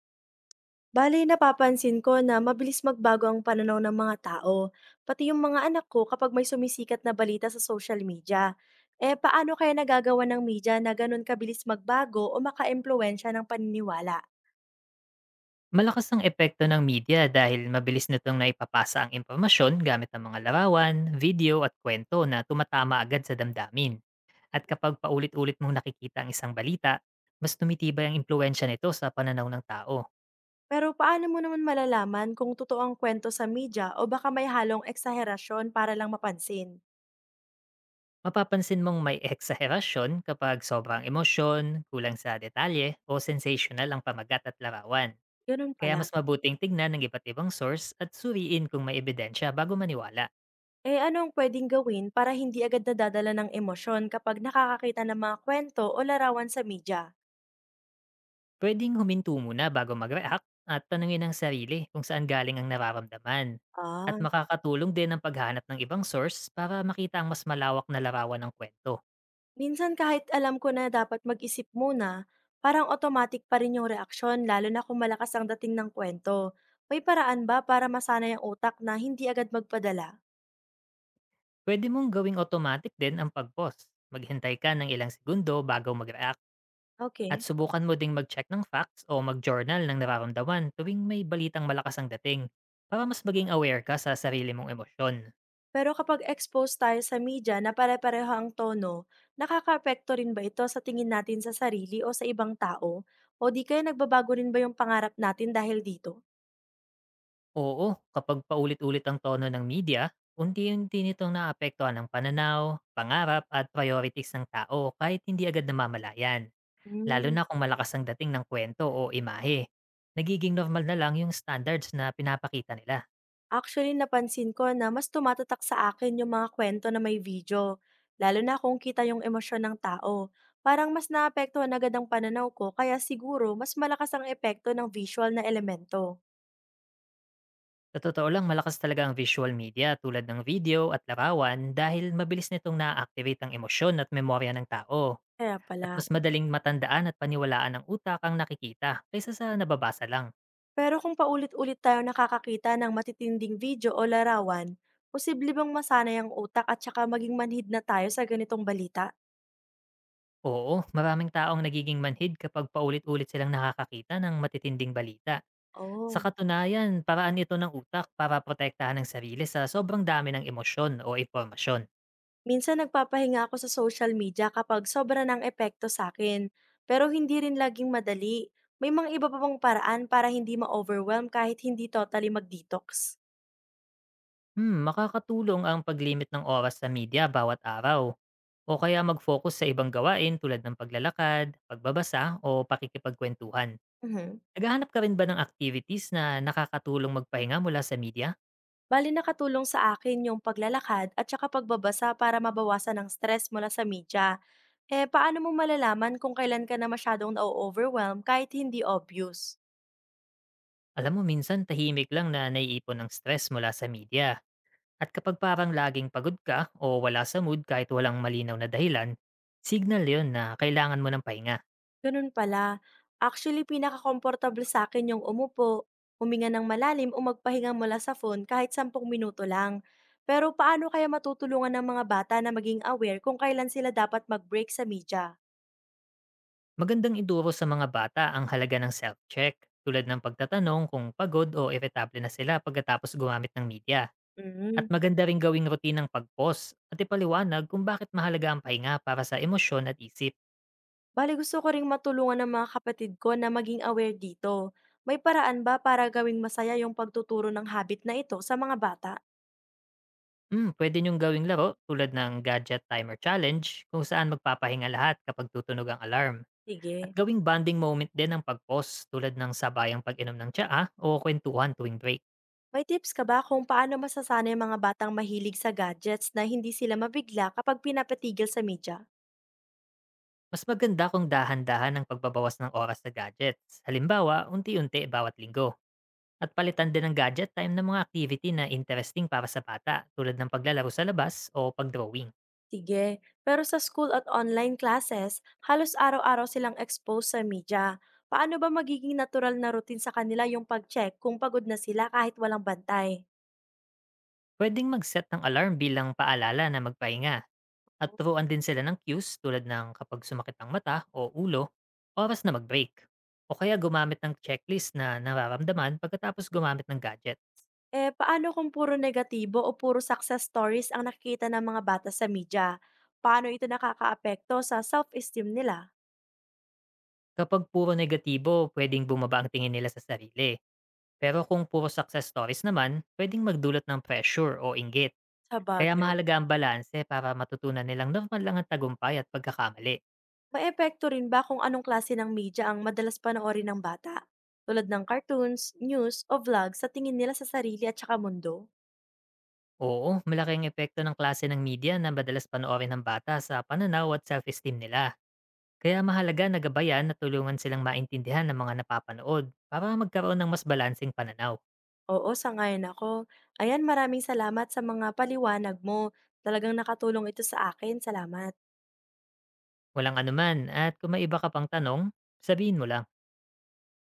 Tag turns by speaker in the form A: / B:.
A: Bale, napapansin ko na mabilis magbago ang pananaw ng mga tao, pati yung mga anak ko kapag may sumisikat na balita sa social media. Eh, paano kaya nagagawa ng media na ganun kabilis magbago o maka ng paniniwala?
B: Malakas ang epekto ng media dahil mabilis nitong naipapasa ang impormasyon gamit ang mga larawan, video at kwento na tumatama agad sa damdamin. At kapag paulit-ulit mong nakikita ang isang balita, mas tumitibay ang impluensya nito sa pananaw ng tao.
A: Pero paano mo naman malalaman kung totoo ang kwento sa media o baka may halong eksaherasyon para lang mapansin?
B: Mapapansin mong may eksaherasyon kapag sobrang emosyon, kulang sa detalye, o sensational ang pamagat at larawan.
A: Ganun
B: Kaya
A: pala.
B: mas mabuting tignan ng iba't ibang source at suriin kung may ebidensya bago maniwala.
A: Eh, ano ang pwedeng gawin para hindi agad nadadala ng emosyon kapag nakakakita ng mga kwento o larawan sa media?
B: Pwedeng huminto muna bago mag-react at tanungin ang sarili kung saan galing ang nararamdaman. At
A: Ah.
B: makakatulong din ang paghanap ng ibang source para makita ang mas malawak na larawan ng kwento.
A: Minsan kahit alam ko na dapat mag-isip muna, parang automatic pa rin yung reaksyon lalo na kung malakas ang dating ng kwento. May paraan ba para masana yung utak na hindi agad magpadala?
B: Pwede mong gawing automatic din ang pag-pause. Maghintay ka ng ilang segundo bago mag-react, at
A: Okay.
B: subukan mo ding mag-check ng facts o mag-journal ng nararamdaman tuwing may balitang malakas ang dating, para mas maging aware ka sa sarili mong emosyon.
A: Pero kapag exposed tayo sa media na pare-pareho ang tono, nakakaapekto rin ba ito sa tingin natin sa sarili o sa ibang tao? O di kaya nagbabago rin ba yung pangarap natin dahil dito?
B: Oo, kapag paulit-ulit ang tono ng media, unti-unti nitong naapektuhan ang pananaw, pangarap at priorities ng tao kahit hindi agad namamalayan, lalo na
A: Hmm.
B: kung malakas ang dating ng kwento o imahe. Nagiging normal na lang yung standards na pinapakita nila.
A: Actually, napansin ko na mas tumatatak sa akin yung mga kwento na may video, lalo na kung kita yung emosyon ng tao. Parang mas naapektuhan agad ang pananaw ko, kaya siguro mas malakas ang epekto ng visual na elemento.
B: Sa totoo lang, malakas talaga ang visual media tulad ng video at larawan, dahil mabilis nitong na-activate ang emosyon at memorya ng tao,
A: Kaya
B: at
A: pala.
B: mas madaling matandaan at paniwalaan ng utak ang nakikita kaysa sa nababasa lang.
A: Pero kung paulit-ulit tayo nakakakita ng matitinding video o larawan, posible bang masanay ang utak at saka maging manhid na tayo sa ganitong balita?
B: Oo, maraming taong nagiging manhid kapag paulit-ulit silang nakakakita ng matitinding balita. Sa
A: Oh.
B: katunayan, paraan ito ng utak para protektahan ng sarili sa sobrang dami ng emosyon o impormasyon.
A: Minsan nagpapahinga ako sa social media kapag sobra ng epekto sa akin, pero hindi rin laging madali. May mga iba pa bang paraan para hindi ma-overwhelm kahit hindi totally mag-detox?
B: Hmm, makakatulong ang paglimit ng oras sa media bawat araw. O kaya mag-focus sa ibang gawain tulad ng paglalakad, pagbabasa o pakikipagkwentuhan.
A: Mhm.
B: Naghahanap ka rin ba ng activities na nakakatulong magpahinga mula sa media?
A: Bale nakatulong sa akin yung paglalakad at saka pagbabasa para mabawasan ang stress mula sa media. Eh, paano mo malalaman kung kailan ka na masyadong na overwhelm kahit hindi obvious?
B: Alam mo, minsan tahimik lang na naiipon ng stress mula sa media. At kapag parang laging pagod ka o wala sa mood kahit walang malinaw na dahilan, signal yon na kailangan mo ng pahinga.
A: Ganun pala. Actually, pinaka sa akin yung umupo, huminga ng malalim o magpahinga mula sa phone kahit 10 minuto lang. Pero paano kaya matutulungan ng mga bata na maging aware kung kailan sila dapat mag-break sa media?
B: Magandang iduro sa mga bata ang halaga ng self-check, tulad ng pagtatanong kung pagod o irritable na sila pagkatapos gumamit ng media.
A: Hmm,
B: At maganda rin gawing rutinang pag-pause at ipaliwanag kung bakit mahalaga ang pahinga para sa emosyon at isip.
A: bale gusto ko ring matulungan ng mga kapatid ko na maging aware dito. May paraan ba para gawing masaya yung pagtuturo ng habit na ito sa mga bata?
B: Hmm, pwede niyong gawing laro tulad ng Gadget Timer Challenge, kung saan magpapahinga lahat kapag tutunog ang alarm. At
A: Sige.
B: gawing bonding moment din ang pag-pause, tulad ng sabayang pag-inom ng tsaa o kwentuhan tuwing break.
A: May tips ka ba kung paano masasana ang mga batang mahilig sa gadgets na hindi sila mabigla kapag pinapatigil sa media?
B: Mas maganda kung dahan-dahan ang pagbabawas ng oras sa gadgets. Halimbawa, unti-unti bawat linggo. At palitan din ng gadget time ng mga activity na interesting para sa bata, tulad ng paglalaro sa labas o pagdrawing.
A: Sige, pero sa school at online classes, halos araw-araw silang exposed sa media. Paano ba magiging natural na routine sa kanila yung pag-check kung pagod na sila kahit walang bantay?
B: Pwedeng mag-set ng alarm bilang paalala na magpahinga, at turuan din sila ng cues tulad ng kapag sumakit ang mata o ulo, oras na mag-break. O kaya gumamit ng checklist na nararamdaman pagkatapos gumamit ng gadget.
A: Eh, paano kung puro negatibo o puro success stories ang nakikita ng mga bata sa media? Paano ito nakakaapekto sa self-esteem nila?
B: Kapag puro negatibo, pwedeng bumaba ang tingin nila sa sarili. Pero kung puro success stories naman, pwedeng magdulot ng pressure o inggit.
A: Sa
B: Kaya
A: bagay.
B: mahalaga ang balanse para matutunan nilang normal lang ang tagumpay at pagkakamali.
A: Maepekto rin ba kung anong klase ng media ang madalas panoorin ng bata? Tulad ng cartoons, news, o vlog sa tingin nila sa sarili at saka mundo?
B: Oo, malaking epekto ng klase ng media na madalas panoorin ng bata sa pananaw at self-esteem nila. Kaya mahalaga na gabayan na tulungan silang maintindihan ng mga napapanood para magkaroon ng mas balansing pananaw.
A: Oo, sang-ayon ako. Ayan, maraming salamat sa mga paliwanag mo. Talagang nakatulong ito sa akin. Salamat.
B: Walang anuman, at kung may iba ka pang tanong, sabihin mo lang.